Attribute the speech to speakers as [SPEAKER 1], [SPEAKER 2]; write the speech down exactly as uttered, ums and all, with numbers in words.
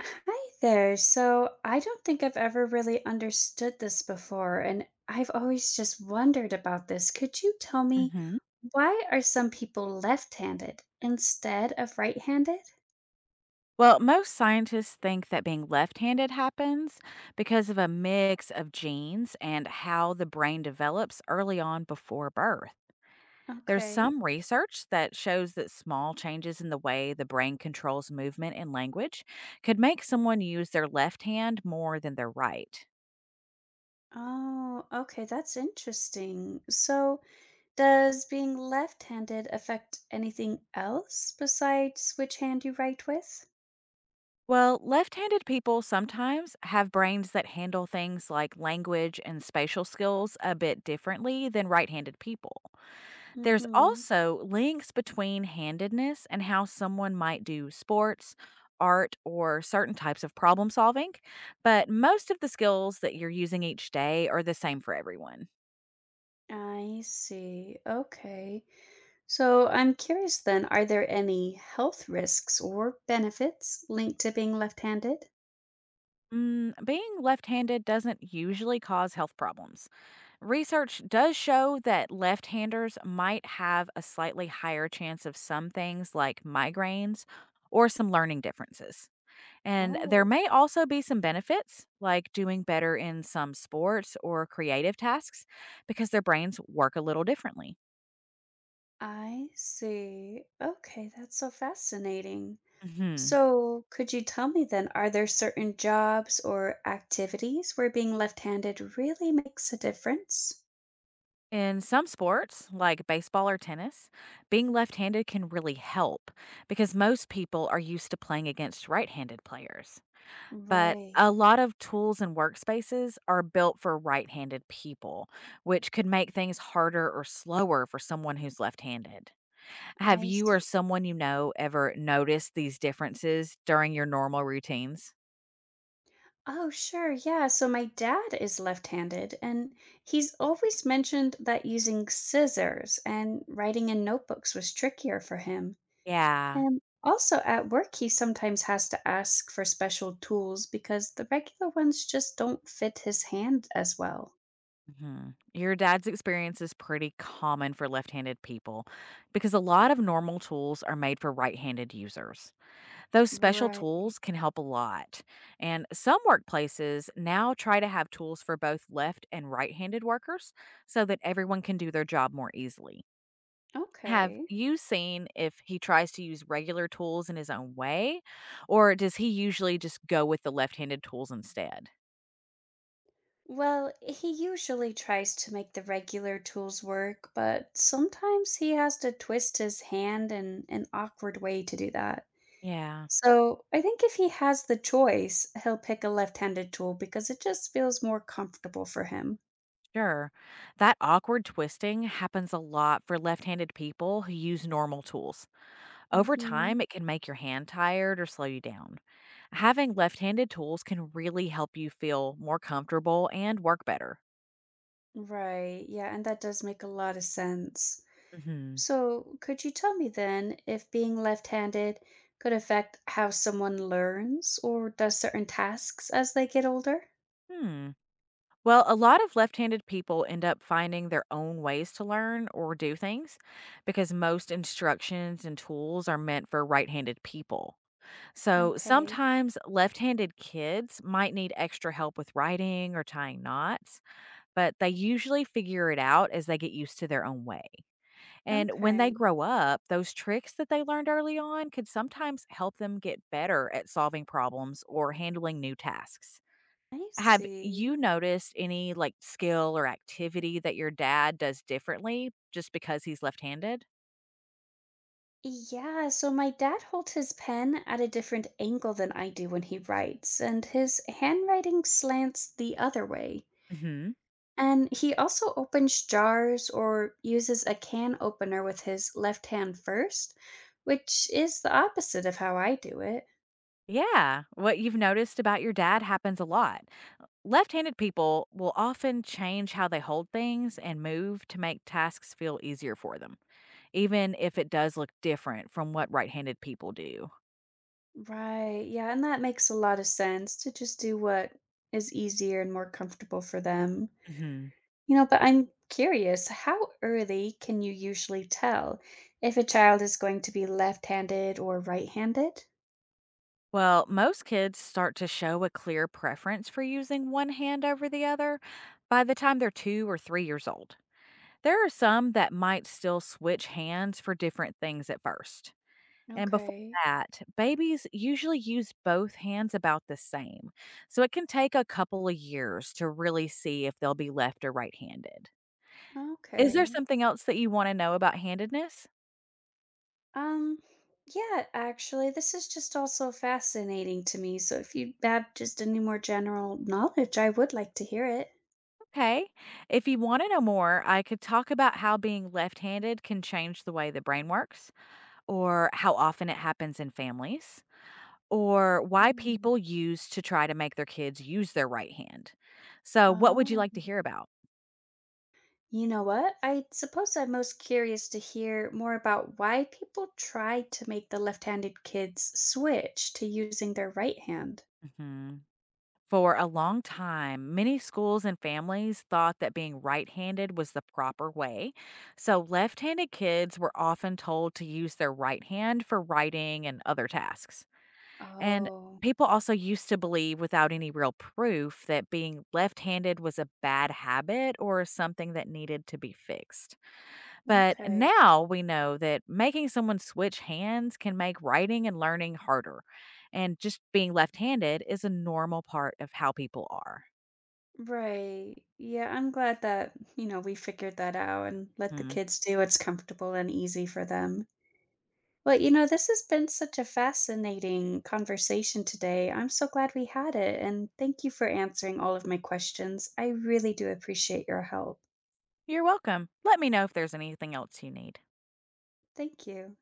[SPEAKER 1] Hi there. So, I don't think I've ever really understood this before, and I've always just wondered about this. Could you tell me
[SPEAKER 2] Mhm.
[SPEAKER 1] why are some people left-handed instead of right-handed?
[SPEAKER 2] Well, most scientists think that being left handed happens because of a mix of genes and how the brain develops early on before birth. There's
[SPEAKER 1] Okay.
[SPEAKER 2] some research that shows that small changes in the way the brain controls movement and language could make someone use their left hand more than their right.
[SPEAKER 1] Oh, okay. That's interesting. So, does being left-handed affect anything else besides which hand you write with?
[SPEAKER 2] Well, left handed people sometimes have brains that handle things like language and spatial skills a bit differently than right handed people. There's
[SPEAKER 1] Mm-hmm.
[SPEAKER 2] also links between handedness and how someone might do sports, art, or certain types of problem solving, but most of the skills that you're using each day are the same for everyone.
[SPEAKER 1] I see. Okay. So I'm curious then, are there any health risks or benefits linked to being left-handed?
[SPEAKER 2] Mm, being left handed doesn't usually cause health problems. Research does show that left handers might have a slightly higher chance of some things like migraines or some learning differences. And there
[SPEAKER 1] Oh,
[SPEAKER 2] may also be some benefits, like doing better in some sports or creative tasks, because their brains work a little differently.
[SPEAKER 1] I see. Okay, that's so fascinating.
[SPEAKER 2] hmm
[SPEAKER 1] So could you tell me then, are there certain jobs or activities where being left-handed really makes a difference?
[SPEAKER 2] In some sports, like baseball or tennis, being left handed can really help because most people are used to playing against right handed players. But a
[SPEAKER 1] Right,
[SPEAKER 2] lot of tools and workspaces are built for right handed people, which could make things harder or slower for someone who's left handed. Have
[SPEAKER 1] I
[SPEAKER 2] you or
[SPEAKER 1] see.
[SPEAKER 2] someone you know ever noticed these differences during your normal routines?
[SPEAKER 1] Oh, sure. Yeah. So my dad is left handed, and he's always mentioned that using scissors and writing in notebooks was trickier for him.
[SPEAKER 2] Yeah.
[SPEAKER 1] And also at work, he sometimes has to ask for special tools because the regular ones just don't fit his hand as well.
[SPEAKER 2] Mhm. Your dad's experience is pretty common for left handed people because a lot of normal tools are made for right handed users. Those special
[SPEAKER 1] Right.
[SPEAKER 2] tools can help a lot. And some workplaces now try to have tools for both left and right handed workers so that everyone can do their job more easily. Have
[SPEAKER 1] Okay.
[SPEAKER 2] you seen if he tries to use regular tools in his own way, or does he usually just go with the left-handed tools instead?
[SPEAKER 1] Well, he usually tries to make the regular tools work, but sometimes he has to twist his hand in an awkward way to do that.
[SPEAKER 2] Yeah,
[SPEAKER 1] So I think if he has the choice, he'll pick a left-handed tool because it just feels more comfortable for him.
[SPEAKER 2] sure. That awkward twisting happens a lot for left-handed people who use normal tools. Over
[SPEAKER 1] Mhm.
[SPEAKER 2] time, it can make your hand tired or slow you down. Having left-handed tools can really help you feel more comfortable and work better.
[SPEAKER 1] Right. Yeah, and that does make a lot of sense.
[SPEAKER 2] Mhm.
[SPEAKER 1] So could you tell me then if being left-handed could affect how someone learns or does certain tasks as they get older?
[SPEAKER 2] Hmm. Well, a lot of left handed people end up finding their own ways to learn or do things because most instructions and tools are meant for right handed people. So
[SPEAKER 1] Okay.
[SPEAKER 2] sometimes left handed kids might need extra help with writing or tying knots, but they usually figure it out as they get used to their own way. And when they
[SPEAKER 1] Okay.
[SPEAKER 2] grow up, those tricks that they learned early on could sometimes help them get better at solving problems or handling new tasks.
[SPEAKER 1] I
[SPEAKER 2] Have
[SPEAKER 1] see.
[SPEAKER 2] you noticed any like skill or activity that your dad does differently just because he's left-handed?
[SPEAKER 1] Yeah, so my dad holds his pen at a different angle than I do when he writes, and his handwriting slants the other way.
[SPEAKER 2] hmm
[SPEAKER 1] And he also opens jars or uses a can opener with his left hand first, which is the opposite of how I do it.
[SPEAKER 2] Yeah, what you've noticed about your dad happens a lot. Left handed people will often change how they hold things and move to make tasks feel easier for them, even if it does look different from what right handed people do.
[SPEAKER 1] Right, yeah, and that makes a lot of sense to just do what is easier and more comfortable for them.
[SPEAKER 2] hmm
[SPEAKER 1] You know, but I'm curious, how early can you usually tell if a child is going to be left-handed or right-handed?
[SPEAKER 2] Well, most kids start to show a clear preference for using one hand over the other by the time they're two or three years old. There are some that might still switch hands for different things at first. And before
[SPEAKER 1] Okay.
[SPEAKER 2] that, babies usually use both hands about the same. So it can take a couple of years to really see if they'll be left or right handed. Is there
[SPEAKER 1] Okay.
[SPEAKER 2] something else that you want to know about handedness?
[SPEAKER 1] Um, yeah, actually, this is just also fascinating to me. So if you have just any more general knowledge, I would like to hear it.
[SPEAKER 2] Okay. If you want to know more, I could talk about how being left handed can change the way the brain works or how often it happens in families. Or why
[SPEAKER 1] Hmm.
[SPEAKER 2] people use to try to make their kids use their right hand. So, what would you
[SPEAKER 1] Oh,
[SPEAKER 2] like to hear about?
[SPEAKER 1] you know what? I suppose I'm most curious to hear more about why people try to make the left-handed kids switch to using their right hand.
[SPEAKER 2] hmm For a long time, many schools and families thought that being right handed was the proper way. So, left handed kids were often told to use their right hand for writing and other tasks. And
[SPEAKER 1] Oh,
[SPEAKER 2] people also used to believe, without any real proof, that being left handed was a bad habit or something that needed to be fixed. But
[SPEAKER 1] okay.
[SPEAKER 2] now we know that making someone switch hands can make writing and learning harder. And just being left handed is a normal part of how people are.
[SPEAKER 1] Right. Yeah, I'm glad that, you know, we figured that out and let the
[SPEAKER 2] Mm.
[SPEAKER 1] kids do what's comfortable and easy for them. Well, you know, this has been such a fascinating conversation today. I'm so glad we had it. And thank you for answering all of my questions. I really do appreciate your help.
[SPEAKER 2] You're welcome. Let me know if there's anything else you need.
[SPEAKER 1] Thank you.